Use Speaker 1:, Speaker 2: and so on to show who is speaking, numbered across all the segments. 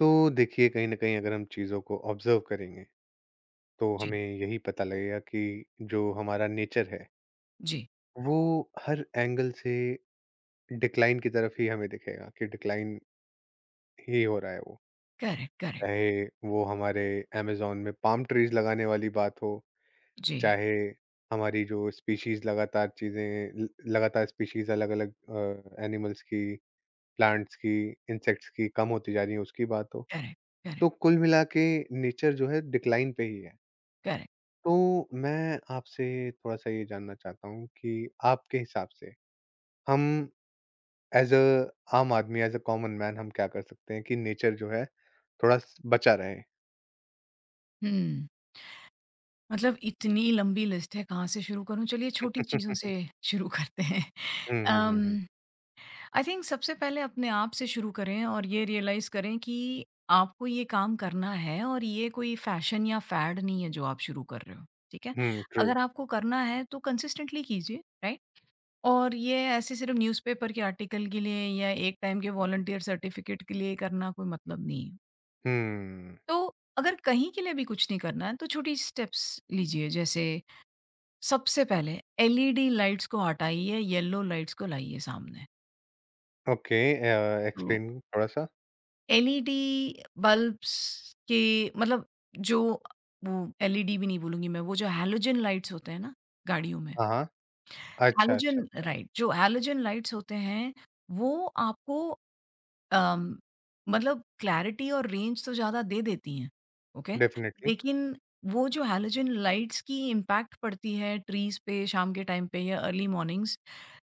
Speaker 1: तो देखिए कहीं न कहीं अगर हम चीज़ों को ऑब्ज़र्व करेंगे, तो हमें
Speaker 2: जी।
Speaker 1: यही पता लगेगा कि जो हमारा नेचर है,
Speaker 2: जी।
Speaker 1: वो हर एंगल से डिक्लाइन की तरफ ही हमें दिखेगा कि डिक्लाइन ही हो रहा है वो।
Speaker 2: Correct, correct.
Speaker 1: चाहे वो हमारे अमेज़न में पाम ट्रीज़ लगाने वाली बात हो,
Speaker 2: जी।
Speaker 1: चाहे हमारी जो स्पीशीज़ लगातार चीज़ें ल लगातार स्पीशीज़ अलग-अलग एनिमल्स की, प्लांट्स की, इंसेक्ट्स की कम होती जा रही है उसकी बात हो।
Speaker 2: करेक्ट,
Speaker 1: तो
Speaker 2: करेक्ट,
Speaker 1: कुल मिला के नेचर जो है डिक्लाइन पे ही है।
Speaker 2: करेक्ट।
Speaker 1: तो मैं आपसे थोड़ा-सा ये जानना चाहता हूँ कि आपके हिसाब से हम एज़ अ आम आदमी, एज़ अ कॉमन मैन हम क्या कर सकते हैं कि नेचर जो है थोड़ा स बचा रहे?
Speaker 2: हुँ, मतलब इतनी लंबी लिस्ट है कहाँ से शुरू करूँ? चलिए छोटी चीज़ों से शुरू करते हैं।
Speaker 1: हुँ, हुँ, हुँ, हुँ।
Speaker 2: अम, आई थिंक सबसे पहले अपने आप से शुरू करें और ये रियलाइज़ करें कि आपको ये काम करना है और ये कोई फैशन या फैड नहीं है जो आप शुरू कर रहे हो, ठीक है?
Speaker 1: हुँ, ट्रू।
Speaker 2: अगर आपको करना है तो कंसिस्टेंटली कीजिए, राइट? और ये ऐसे सिर्फ़ न्यूज़पेपर के आर्टिकल के लिए या एक टाइम के वॉलंटियर सर्टिफिकेट के लिए करना कोई मतलब नहीं है।
Speaker 1: हुँ।
Speaker 2: तो अगर कहीं के लिए भी कुछ नहीं करना है तो छोटी स्टेप्स लीजिए, जैसे सबसे पहले एलईडी लाइट्स को हटाइए, येलो लाइट्स को लाइए सामने।
Speaker 1: ओके
Speaker 2: तो
Speaker 1: एक्सप्लेन थोड़ा-सा।
Speaker 2: एलईडी बल्ब्स के मतलब जो वो एलईडी भी नहीं बोलूँगी मैं, वो जो हैलोजन लाइट्स होते हैं ना गाड़ियों में,
Speaker 1: हाँ, हाँ। अच्छा, अच्छा,
Speaker 2: हैलोजन
Speaker 1: अच्छा।
Speaker 2: राइट, जो हैलोजन लाइट्स होते हैं, वो आपको अम, मतलब क्लैरिटी और रेंज तो ज़्यादा दे देती हैं, ओके?
Speaker 1: डेफ़िनिटली।
Speaker 2: लेकिन वो जो हैलोजन लाइट्स की इम्पैक्ट पड़ती है ट्रीज़ पे शाम के टाइम पे या early mornings,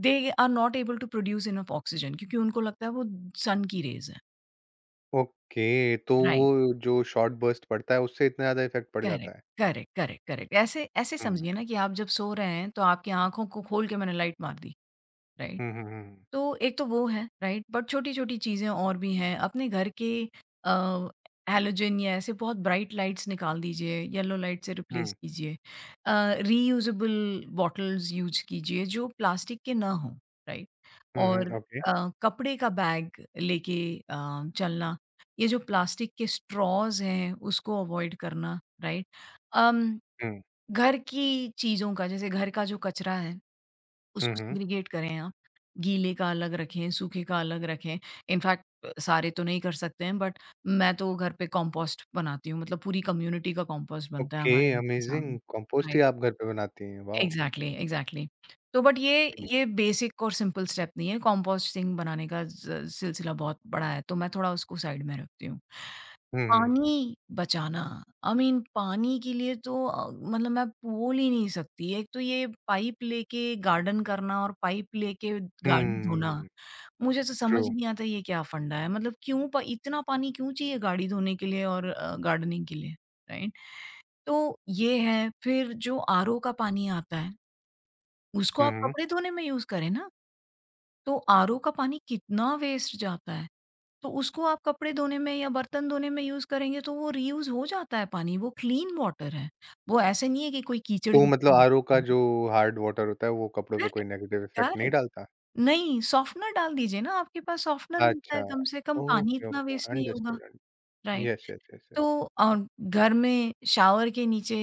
Speaker 2: they are not able to produce enough oxygen, क्योंकि उनको लगता है वो सन की रेज़ है।
Speaker 1: ओके, तो
Speaker 2: राइट।
Speaker 1: वो जो शॉर्ट बर्स्ट पड़ता है उससे इतना ज़्यादा इफ़ेक्ट पड़ जाता
Speaker 2: करेक्ट,
Speaker 1: है?
Speaker 2: Correct, correct, correct. ऐसे ऐसे
Speaker 1: हुँ।
Speaker 2: समझिए ना कि आप जब सो रहे हैं, तो आपकी आँखों को खोल के मैंने लाइट मार दी, राइट?
Speaker 1: हुँ, हुँ, हुँ, हुँ।
Speaker 2: तो एक तो वो है, राइट? बट छोटी-छोटी चीज़ें और भी हैं। अपने घर के अ, हैलोजन या ऐसे बहुत ब्राइट लाइट्स निकाल दीजिए, येलो लाइट से रिप्लेस
Speaker 1: हुँ।
Speaker 2: कीजिए। रीयूजेबल बॉटल्स यूज़ कीजिए जो प्लास्टिक के ना हों, राइट?
Speaker 1: हुँ, हुँ।
Speaker 2: और
Speaker 1: ओके।
Speaker 2: अ, कपड़े का बैग लेके अ, चलना, ये जो प्लास्टिक के स्ट्रॉज़ हैं उसको अवॉइड करना, राइट? अम,
Speaker 1: हुँ।
Speaker 2: घर की चीज़ों का, जैसे घर का जो कचरा है
Speaker 1: हुँ,
Speaker 2: उसको
Speaker 1: हुँ।
Speaker 2: सेग्रीगेट करें आप। गीले का अलग रखें, सूखे का अलग रखें। इनफैक्ट सारे तो नहीं कर सकते हैं, बट मैं तो घर पे कंपोस्ट बनाती हूँ, मतलब पूरी कम्युनिटी का कंपोस्ट बनता है
Speaker 1: ओके,
Speaker 2: हमारे घर के सामने।
Speaker 1: अमेज़िंग! कंपोस्ट ही
Speaker 2: राइट,
Speaker 1: आप घर पे बनाती हैं, वॉव!
Speaker 2: Exactly, exactly. तो बट ये बेसिक और सिंपल स्टेप नहीं है, कंपोस्टिंग बनाने का ज सिलसिला बहुत बड़ा है, तो मैं थोड़ा उसको साइड में रखती हूँ।
Speaker 1: हुँ, हुँ,
Speaker 2: पानी बचाना, आई मीन पानी के लिए तो मतलब मैं बोल ही नहीं सकती। एक तो ये पाइप लेके गार्डन करना और पाइप लेके गाड़ी धोना,
Speaker 1: हुँ,
Speaker 2: मुझे तो
Speaker 1: ट्रू।
Speaker 2: समझ नहीं आता ये क्या फंडा है। मतलब क्यों प इतना पानी क्यों चाहिए गाड़ी धोने के लिए और गार्डनिंग के लिए, राइट? तो ये है, फिर जो आरओ का पानी आता है, उसको
Speaker 1: हुँ,
Speaker 2: आप
Speaker 1: हुँ।
Speaker 2: कपड़े धोने में यूज़ करें ना, तो आरओ का पानी कितना वेस्ट जाता है। तो उसको आप कपड़े धोने में या बर्तन धोने में यूज़ करेंगे तो वो रीयूज़ हो जाता है पानी, वो क्लीन वाटर है। वो ऐसे नहीं है कि कोई कीचड़
Speaker 1: तो
Speaker 2: भी।
Speaker 1: मतलब आरओ का जो हार्ड वाटर होता है, वो कपड़ों पे कोई
Speaker 2: करेक्ट,
Speaker 1: नेगेटिव इफ़ेक्ट नहीं
Speaker 2: करेक्ट।
Speaker 1: डालता?
Speaker 2: नहीं, सॉफ्टनर डाल दीजिए ना, आपके पास सॉफ्टनर मिलता
Speaker 1: अच्छा,
Speaker 2: है, कम से कम पानी
Speaker 1: ओके,
Speaker 2: इतना
Speaker 1: ओके,
Speaker 2: वेस्ट नहीं होगा।
Speaker 1: अंडरस्टूड अंड।
Speaker 2: Right,
Speaker 1: yes, yes, yes, yes.
Speaker 2: तो घर में शावर के नीचे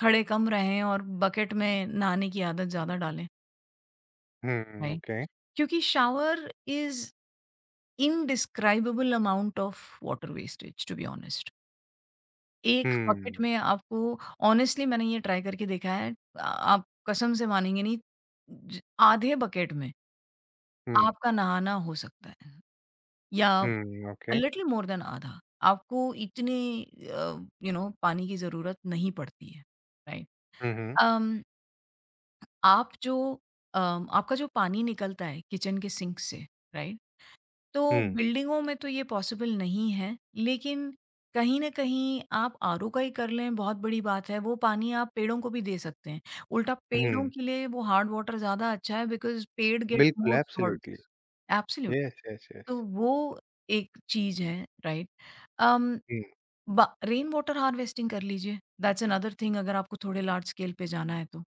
Speaker 2: खड़े कम रहें और बकेट में नहाने की आदत ज़्यादा डालें,
Speaker 1: हुँ,
Speaker 2: राइट।
Speaker 1: ओके।
Speaker 2: क्योंकि shower is indescribable amount of water wastage to be honest. एक
Speaker 1: हुँ,
Speaker 2: बकेट में आपको ऑनेस्टली, मैंने ये ट्राई करके देखा है, आ आप कसम से मानेंगे नहीं, ज आधे बकेट में
Speaker 1: हुँ,
Speaker 2: आपका नहाना हो सकता है या
Speaker 1: हुँ, ओके।
Speaker 2: लिटिल मोर देन आधा। आपको इतने पानी की ज़रूरत नहीं पड़ती है, राइट?
Speaker 1: हुँ, हुँ,
Speaker 2: अम, आप जो अम, आपका जो पानी निकलता है किचन के सिंक से, राइट? तो
Speaker 1: हुँ,
Speaker 2: बिल्डिंगों में तो ये पॉसिबल नहीं है, लेकिन कहीं न कहीं आप आरओ का ही कर लें, बहुत बड़ी बात है, वो पानी आप पेड़ों को भी दे सकते हैं। उल्टा
Speaker 1: हुँ,
Speaker 2: पेड़ों के लिए वो हार्ड वाटर ज़्यादा अच्छा है, बिकॉज़ पेड़ गेट
Speaker 1: बिल्कुल,
Speaker 2: more
Speaker 1: absolutely.
Speaker 2: Salts. Absolute
Speaker 1: yes, yes, yes.
Speaker 2: तो वो एक चीज़ है, राइट? अम,
Speaker 1: हुँ,
Speaker 2: ब रेन वाटर हार्वेस्टिंग कर लीजिए, दैट्स अनदर थिंग, अगर आपको थोड़े लार्ज स्केल पे जाना है तो,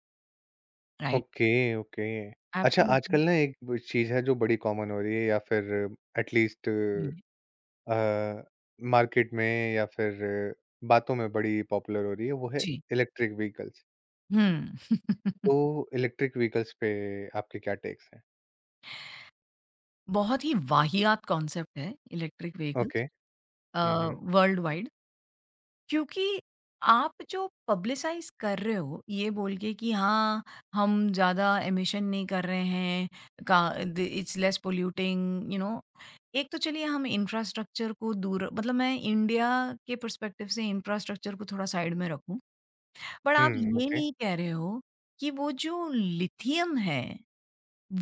Speaker 2: राइट?
Speaker 1: Okay, okay. अच्छा,
Speaker 2: एब्सोल्यूटली।
Speaker 1: आजकल ना एक ब चीज़ है जो बड़ी कॉमन हो रही है या फिर एटलीस्ट
Speaker 2: जी,
Speaker 1: अ, मार्केट में या फिर बातों में बड़ी पॉपुलर हो रही है, वो है
Speaker 2: जी।
Speaker 1: Electric vehicles.
Speaker 2: हुँ।
Speaker 1: तो इलेक्ट्रिक व्हीकल्स पे आपके क्या टेक्स हैं?
Speaker 2: बहुत ही वाहियात कॉन्सेप्ट है इलेक्ट्रिक
Speaker 1: ओके।
Speaker 2: व्हीकल्स।
Speaker 1: हुँ, हुँ।
Speaker 2: वर्ल्ड वाइड, क्योंकि आप जो पब्लिसाइज़ कर रहे हो ये बोल के कि हाँ, हम ज़्यादा एमिशन नहीं कर रहे हैं, का द इट्स लेस पॉल्यूटिंग। एक तो चलिए हम इंफ्रास्ट्रक्चर को दूर, मतलब मैं इंडिया के पर्सपेक्टिव से इंफ्रास्ट्रक्चर को थोड़ा साइड में रखूँ। बट आप
Speaker 1: हुँ,
Speaker 2: ये
Speaker 1: ओके।
Speaker 2: नहीं कह रहे हो कि वो जो लिथियम है,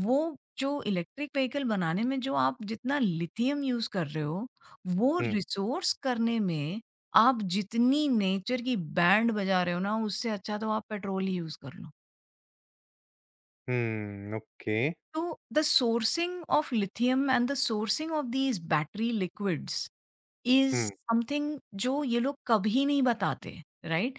Speaker 2: वो जो इलेक्ट्रिक व्हीकल बनाने में जो आप जितना लिथियम यूज़ कर रहे हो, वो
Speaker 1: हुँ,
Speaker 2: रिसोर्स करने में आप जितनी नेचर की बैंड बजा रहे हो ना, उससे अच्छा तो आप पेट्रोल ही यूज़ कर लो।
Speaker 1: हुँ, ओके।
Speaker 2: तो the sourcing of lithium and the sourcing of these battery liquids is
Speaker 1: hmm,
Speaker 2: something जो ये लोग कभी नहीं बताते, राइट?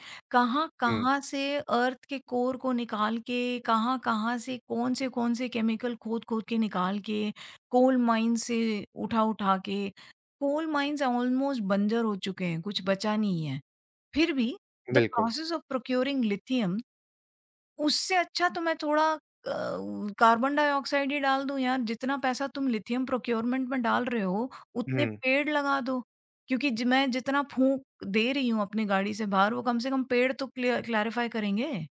Speaker 1: हुँ,
Speaker 2: कहाँ-कहाँ से अर्थ के कोर को निकाल के, कहाँ-कहाँ से कौन-से-कौन से केमिकल खोद-खोद के निकाल के, कोल माइन से उठा-उठा के, कोल माइन्स ऑलमोस्ट बंजर हो चुके हैं, कुछ बचा नहीं है। फिर भी द
Speaker 1: बिल्कुल।
Speaker 2: प्रोसेस ऑफ प्रोक्यूरिंग लिथियम, उससे अच्छा तो मैं थोड़ा कार्बन डाइऑक्साइड ही डाल दूँ यार, जितना पैसा तुम लिथियम प्रोक्योरमेंट में डाल रहे हो, उतने
Speaker 1: हुँ,
Speaker 2: पेड़ लगा दो। क्योंकि ज मैं जितना फूँक दे रही हूँ अपनी गाड़ी से बाहर, वो कम से कम पेड़ तो क्लियर क्लैरिफ़ाई करेंगे।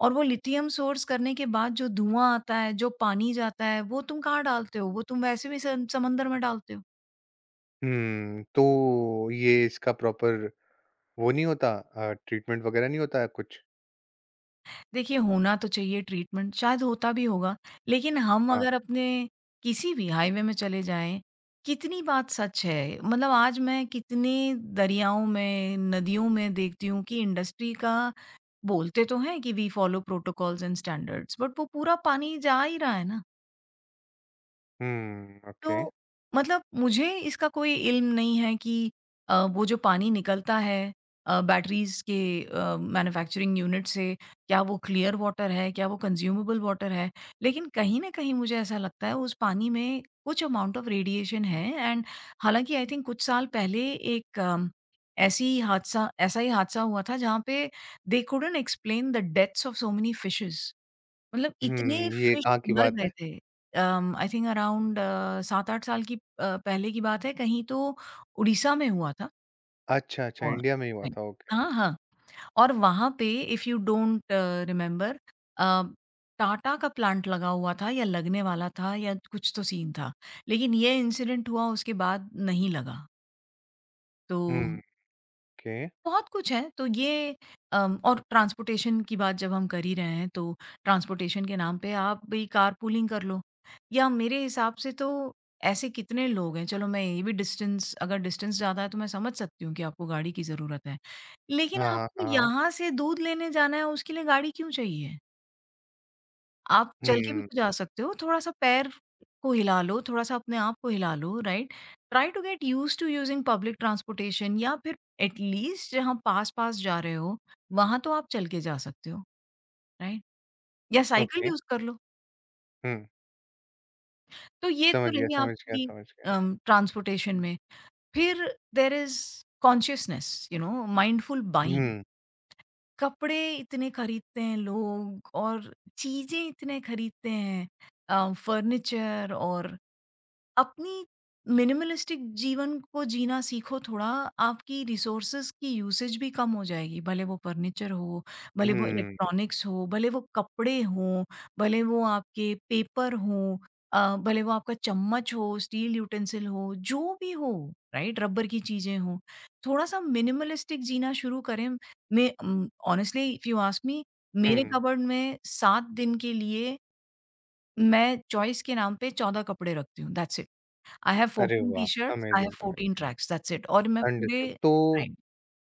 Speaker 2: और वो लिथियम सोर्स करने के बाद जो धुआँ आता है, जो पानी जाता है, वो तुम कहाँ डालते हो? वो तुम वैसे भी स समंदर में डालते हो।
Speaker 1: हुँ, तो ये इसका प्रॉपर वो नहीं होता ट्रीटमेंट वगैरह नहीं होता है कुछ?
Speaker 2: देखिए, होना तो चाहिए ट्रीटमेंट, शायद होता भी होगा, लेकिन हम
Speaker 1: हाँ।
Speaker 2: अगर अपने किसी भी हाईवे में चले जाएँ, कितनी बात सच है? मतलब आज मैं कितने दरियाओं में, नदियों में देखती हूँ कि इंडस्ट्री का, बोलते तो हैं कि we follow protocols and standards, but वो पूरा पानी जा ही रहा है ना।
Speaker 1: हुँ, ओके।
Speaker 2: तो मतलब मुझे इसका कोई इल्म नहीं है कि वो जो पानी निकलता है बैटरीज़ के मैन्युफैक्चरिंग यूनिट से, क्या वो क्लियर वाटर है? क्या वो कंज्यूमेबल वाटर है? लेकिन कहीं न कहीं मुझे ऐसा लगता है उस पानी में कुछ अमाउंट ऑफ रेडिएशन है एंड, हालाँकि आई थिंक कुछ साल पहले एक ऐसी ही हादसा ऐसा ही हादसा हुआ था जहाँ पे they couldn't explain the deaths of so many fishes. मतलब इतने
Speaker 1: हुँ, ये
Speaker 2: फिश
Speaker 1: कहाँ की
Speaker 2: मर
Speaker 1: बात
Speaker 2: गए
Speaker 1: है?
Speaker 2: थे। आई थिंक अराउंड 7-8 साल की पहले की बात है, कहीं तो उड़ीसा में हुआ था
Speaker 1: अच्छा, अच्छा,
Speaker 2: और,
Speaker 1: इंडिया में ही हुआ
Speaker 2: राइट।
Speaker 1: था, ओके।
Speaker 2: हाँ, हाँ, और वहाँ पे, if you don't remember, uh, Tata का प्लांट लगा हुआ था या लगने वाला था या कुछ तो सीन था। लेकिन ये इंसिडेंट हुआ, उसके बाद नहीं लगा। तो
Speaker 1: हुँ, ओके।
Speaker 2: बहुत कुछ है, तो ये और ट्रांसपोर्टेशन की बात जब हम कर ही रहे हैं, तो ट्रांसपोर्टेशन के नाम पे आप भी कारपूलिंग कर लो, या मेरे हिसाब से तो ऐसे कितने लोग हैं, चलो मैं ये भी, डिस्टेंस अगर डिस्टेंस ज़्यादा है, तो मैं समझ सकती हूँ कि आपको गाड़ी की ज़रूरत है।
Speaker 1: हाँ,
Speaker 2: लेकिन हाँ,
Speaker 1: हाँ,
Speaker 2: आपको
Speaker 1: हाँ, हाँ।
Speaker 2: यहाँ से दूध लेने जाना है, उसके लिए गाड़ी क्यों चाहिए? आप चल के भी
Speaker 1: हुँ,
Speaker 2: तो जा सकते हो, थोड़ा-सा पैर को हिला लो, थोड़ा-सा अपने आप को हिला लो, right? Try to get used to using public transportation, या फिर एट लीस्ट जहाँ पास-पास जा रहे हो, वहाँ तो आप चल के जा सकते हो, राइट? या साइकिल
Speaker 1: ओके।
Speaker 2: यूज़ कर लो।
Speaker 1: हुँ।
Speaker 2: तो ये तो
Speaker 1: समझ गया,
Speaker 2: रही
Speaker 1: समझ गया,
Speaker 2: आपकी
Speaker 1: समझ गया।
Speaker 2: ट्रांसपोर्टेशन में। फिर there is consciousness, you know mindful buying.
Speaker 1: हुँ,
Speaker 2: कपड़े इतने खरीदते हैं लोग और चीज़ें इतने खरीदते हैं, फर्नीचर, और अपनी मिनिमलिस्टिक जीवन को जीना सीखो थोड़ा, आपकी रिसोर्सेज़ की यूसेज भी कम हो जाएगी, भले वो फर्नीचर हो, भले वो हुँ।
Speaker 1: हुँ,
Speaker 2: इलेक्ट्रॉनिक्स हो, भले वो कपड़े हों, भले वो आपके पेपर हों, भले वो आपका चम्मच हो, स्टील यूटेंसिल हो, जो भी हो, राइट? रबर की चीज़ें हों, थोड़ा-सा मिनिमलिस्टिक जीना शुरू करें। मैं honestly if you ask me, मेरे हुँ।
Speaker 1: हुँ।
Speaker 2: कबर्ड में 7 दिन के लिए मैं चॉइस के नाम पे 14 कपड़े रखती हूँ, दैट्स इट। I have
Speaker 1: अरे
Speaker 2: 14
Speaker 1: वाह!
Speaker 2: T shirts, I have
Speaker 1: amazing,
Speaker 2: 14
Speaker 1: amazing.
Speaker 2: Tracks, that's it, और मैं
Speaker 1: अंडरस्टूड।
Speaker 2: पूरे
Speaker 1: तो
Speaker 2: राइट,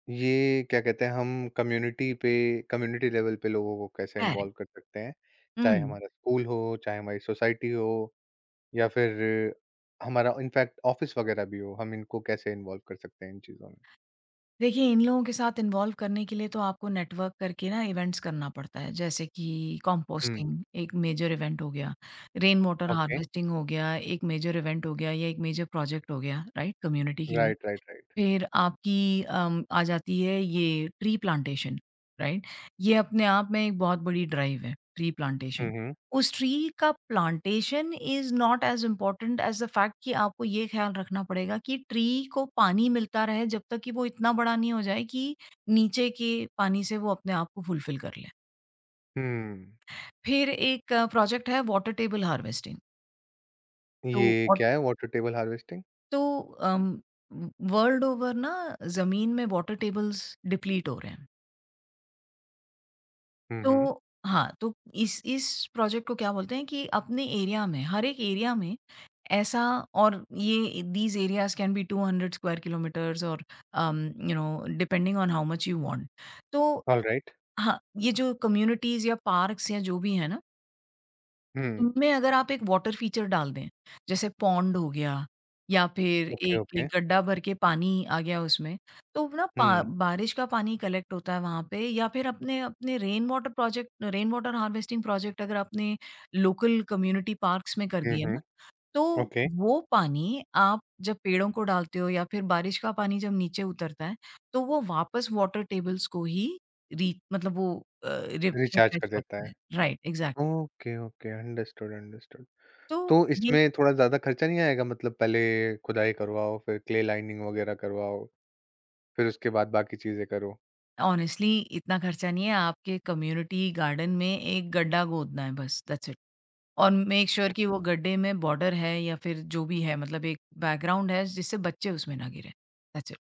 Speaker 1: ये क्या कहते हैं हम कम्युनिटी पे कम्युनिटी लेवल पे लोगों को कैसे इन्वॉल्व
Speaker 2: करेक्ट।
Speaker 1: कर सकते हैं? चाहे
Speaker 2: हुँ।
Speaker 1: हमारा स्कूल हो, चाहे हमारी सोसाइटी हो या फिर हमारा इनफैक्ट ऑफ़िस वग़ैरह भी हो, हम इनको कैसे इन्वॉल्व कर सकते हैं इन चीज़ों में?
Speaker 2: देखिए, इन लोगों के साथ इन्वॉल्व करने के लिए तो आपको नेटवर्क करके ना इवेंट्स करना पड़ता है, जैसे कि
Speaker 1: हुँ,
Speaker 2: कंपोस्टिंग एक मेजर इवेंट हो गया, रेन वाटर
Speaker 1: ओके।
Speaker 2: हार्वेस्टिंग हो गया, एक मेजर इवेंट हो गया या एक मेजर प्रोजेक्ट हो गया, राइट? कम्युनिटी के लिए।
Speaker 1: Right, right, right.
Speaker 2: फिर आपकी आ जाती है ये ट्री प्लांटेशन, राइट? ये अपने आप में एक बहुत बड़ी ड्राइव है, ट्री
Speaker 1: हुँ,
Speaker 2: प्लांटेशन।
Speaker 1: हुँ।
Speaker 2: उस ट्री का plantation is not as important as the fact कि आपको ये ख़्याल रखना पड़ेगा कि ट्री को पानी मिलता रहे जब तक कि वो इतना बड़ा नहीं हो जाए कि नीचे के पानी से वो अपने आप को फुलफ़िल कर ले।
Speaker 1: हुँ।
Speaker 2: फिर एक प्रोजेक्ट है वाटर टेबल हार्वेस्टिंग। तो
Speaker 1: ये
Speaker 2: और
Speaker 1: क्या है वाटर टेबल हार्वेस्टिंग?
Speaker 2: तो अम, वर्ल्ड ओवर ना ज़मीन में वाटर टेबल्स डिप्लीट हो रहे हैं।
Speaker 1: हुँ, हुँ।
Speaker 2: तो हाँ, तो इस प्रोजेक्ट को क्या बोलते हैं कि अपने एरिया में, हर एक एरिया में ऐसा। और ये these areas can be 200 square kilometres और um, you know depending on how much you want. तो
Speaker 1: ऑलराइट।
Speaker 2: हाँ, ये जो कम्युनिटीज़ या पार्क्स या जो भी है ना,
Speaker 1: हुँ।
Speaker 2: इनमें अगर आप एक वाटर फीचर डाल दें, जैसे पॉन्ड हो गया या फिर
Speaker 1: ओके,
Speaker 2: एक एक
Speaker 1: ओके।
Speaker 2: गड्ढा भर के पानी आ गया उसमें, तो ना पा
Speaker 1: हुँ।
Speaker 2: बारिश का पानी कलेक्ट होता है वहाँ पे, या फिर अपने अपने रेन वाटर हार्वेस्टिंग प्रोजेक्ट अगर आपने लोकल कम्युनिटी पार्क्स में कर
Speaker 1: हुँ,
Speaker 2: दिए
Speaker 1: हुँ।
Speaker 2: ना, तो
Speaker 1: ओके,
Speaker 2: वो पानी आप जब पेड़ों को डालते हो या फिर बारिश का पानी जब नीचे उतरता है, तो वो वापस वाटर टेबल्स को ही री मतलब वो
Speaker 1: रिचार्ज
Speaker 2: रिफ्रेश
Speaker 1: कर देता
Speaker 2: करता
Speaker 1: है।
Speaker 2: है। Right, exactly.
Speaker 1: Okay, okay, understood, understood.
Speaker 2: तो
Speaker 1: तो
Speaker 2: ये
Speaker 1: इसमें थोड़ा ज़्यादा खर्चा नहीं आएगा मतलब पहले खुदाई करवाओ, फिर क्ले लाइनिंग वगैरह करवाओ, फिर उसके बाद बाकी चीज़ें करो।
Speaker 2: ऑनेस्टली इतना खर्चा नहीं है, आपके कम्युनिटी गार्डन में एक गड्ढा खोदना है, बस दैट्स इट। और मेक श्योर
Speaker 1: हुँ,
Speaker 2: sure कि वो
Speaker 1: हुँ।
Speaker 2: गड्ढे में बॉर्डर है या फिर जो भी है, मतलब एक बैकग्राउंड है जिससे बच्चे उसमें ना गिरे। दैट्स इट,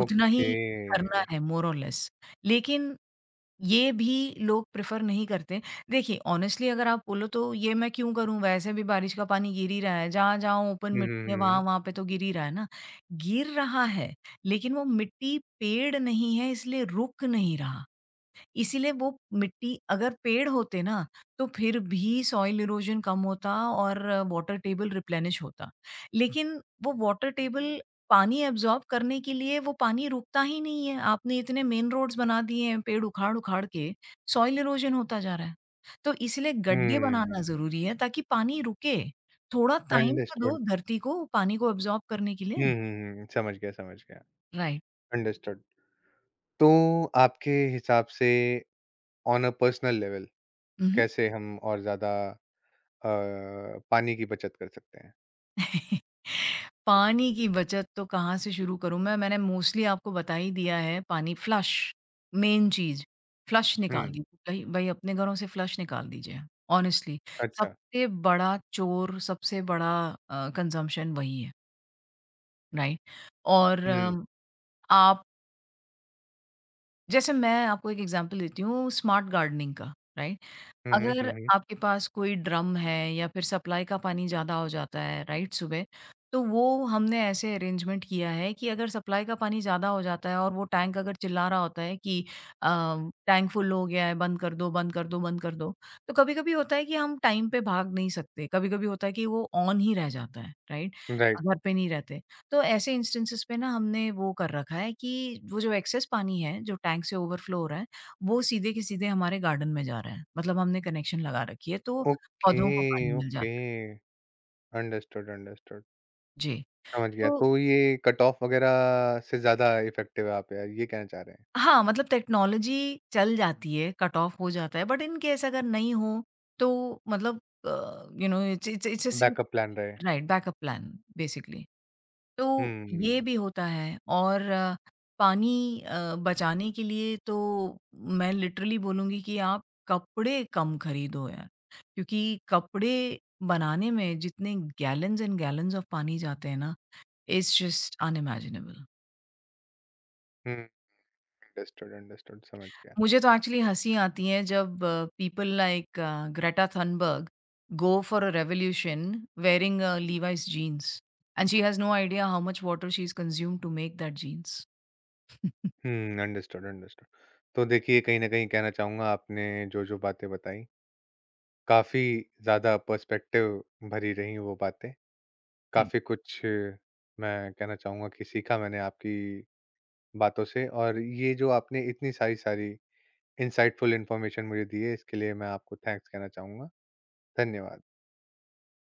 Speaker 2: उतना ही
Speaker 1: ओके।
Speaker 2: करना है, मोर और लेस। लेकिन ये भी लोग प्रेफर नहीं करते। देखिए, ऑनेस्टली अगर आप बोलो तो ये मैं क्यों करूं? वैसे भी बारिश का पानी गिर ही रहा है, जहाँ जहाँ ओपन
Speaker 1: हुँ,
Speaker 2: मिट्टी है
Speaker 1: हुँ,
Speaker 2: वहां वहां पे तो गिर ही रहा है ना, गिर रहा है। लेकिन वो मिट्टी पेड़ नहीं है, इसलिए रुक नहीं रहा। इसीलिए वो मिट्टी अगर पेड़ होते ना, तो फिर भी सॉइल इरोज़न कम होता और वाटर टेबल रिप्लेनिश होता। लेकिन वो वाटर टेबल पानी एब्ज़ॉर्ब करने के लिए वो पानी रुकता ही नहीं है। आपने इतने मेन रोड्स बना दिए हैं पेड़ उखाड़-उखाड़ के, सॉइल इरोज़न होता जा रहा है। तो इसलिए गड्ढे
Speaker 1: हुँ,
Speaker 2: बनाना
Speaker 1: हुँ।
Speaker 2: ज़रूरी है, ताकि पानी रुके। थोड़ा टाइम तो
Speaker 1: अंडरस्टूड।
Speaker 2: दो धरती को पानी को एब्ज़ॉर्ब करने के
Speaker 1: हुँ,
Speaker 2: लिए।
Speaker 1: हुँ, हुँ। समझ गया, समझ गया।
Speaker 2: राइट।
Speaker 1: अंडरस्टूड। तो आपके हिसाब से ऑन अ पर्सनल लेवल
Speaker 2: उहुँ।
Speaker 1: कैसे हम और ज़्यादा अ, पानी की बचत कर सकते हैं?
Speaker 2: पानी की बचत तो कहाँ से शुरू करूँ मैं? मैंने मोस्टली आपको बता ही दिया है। पानी फ्लश मेन चीज़, फ्लश निकाल
Speaker 1: हुँ,
Speaker 2: दीजिए। भई भई, अपने घरों से फ्लश निकाल दीजिए, हॉनेस्टली।
Speaker 1: अच्छा।
Speaker 2: सबसे बड़ा चोर, सबसे बड़ा कंज़म्पशन वही है, राइट? और
Speaker 1: हुँ।
Speaker 2: आप, जैसे मैं आपको एक एग्ज़ाम्पल देती हूँ स्मार्ट गार्डनिंग का, राइट?
Speaker 1: हुँ, हुँ, हुँ,
Speaker 2: अगर
Speaker 1: हुँ।
Speaker 2: आपके पास कोई ड्रम है या फिर सप्लाई का पानी ज़्यादा हो जाता है, राइट, सुबह, तो वो हमने ऐसे अरेंजमेंट किया है कि अगर सप्लाई का पानी ज़्यादा हो जाता है और वो टैंक अगर चिल्ला रहा होता है कि अ, टैंक फुल हो गया है, बंद कर दो, बंद कर दो, बंद कर दो। तो कभी-कभी होता है कि हम टाइम पे भाग नहीं सकते, कभी-कभी होता है कि वो ऑन ही रह जाता है, राइट?
Speaker 1: राइट।
Speaker 2: घर पे नहीं रहते। तो ऐसे इंस्टेंसेस पे ना हमने वो कर रखा है कि वो जो एक्सेस पानी है, जो टैंक से ओवरफ्लो हो रहा है, वो सीधे के सीधे हमारे गार्डन में जा रहा है। मतलब हमने कनेक्शन लगा रखी है, तो
Speaker 1: ओके,
Speaker 2: पौधों को पानी मिल
Speaker 1: ओके।
Speaker 2: जाता है।
Speaker 1: Understood, understood.
Speaker 2: जी,
Speaker 1: समझ गया।
Speaker 2: तो
Speaker 1: तो ये कट ऑफ वगैरह से ज़्यादा इफ़ेक्टिव है आप यार ये कहना चाह रहे हैं?
Speaker 2: हाँ, मतलब टेक्नोलॉज़ी चल जाती है, कट ऑफ हो जाता है, बट इन केस अगर नहीं हो तो मतलब it's it's it's a safe,
Speaker 1: backup plan रहे।
Speaker 2: राइट? Backup plan basically. तो ये
Speaker 1: हुँ,
Speaker 2: भी होता है। और पानी बचाने के लिए तो मैं लिटरली बोलूँगी कि आप कपड़े कम खरीदो यार। क्योंकि कपड़े बनाने में जितने गैलन्स एंड गैलन्स ऑफ पानी जाते हैं ना, it's just unimaginable.
Speaker 1: Hmm. Understood, understood समझ गया।
Speaker 2: मुझे तो एक्चुअली हँसी आती है जब people like Greta Thunberg go for a revolution wearing a, Levi's jeans and she has no idea how much water she's consumed to make that jeans. Thank
Speaker 1: hmm, understood, understood. तो देखिए कहीं न कहीं कहना चाहूँगा आपने जो-जो बातें बताई, काफ़ी ज़्यादा पर्सपेक्टिव भरी रहीं वो बातें। काफ़ी कुछ मैं कहना चाहूँगा कि सीखा मैंने आपकी बातों से और ये जो आपने इतनी सारी-सारी इनसाइटफुल इन्फॉर्मेशन मुझे दी है इसके लिए मैं आपको थैंक्स कहना चाहूँगा। धन्यवाद।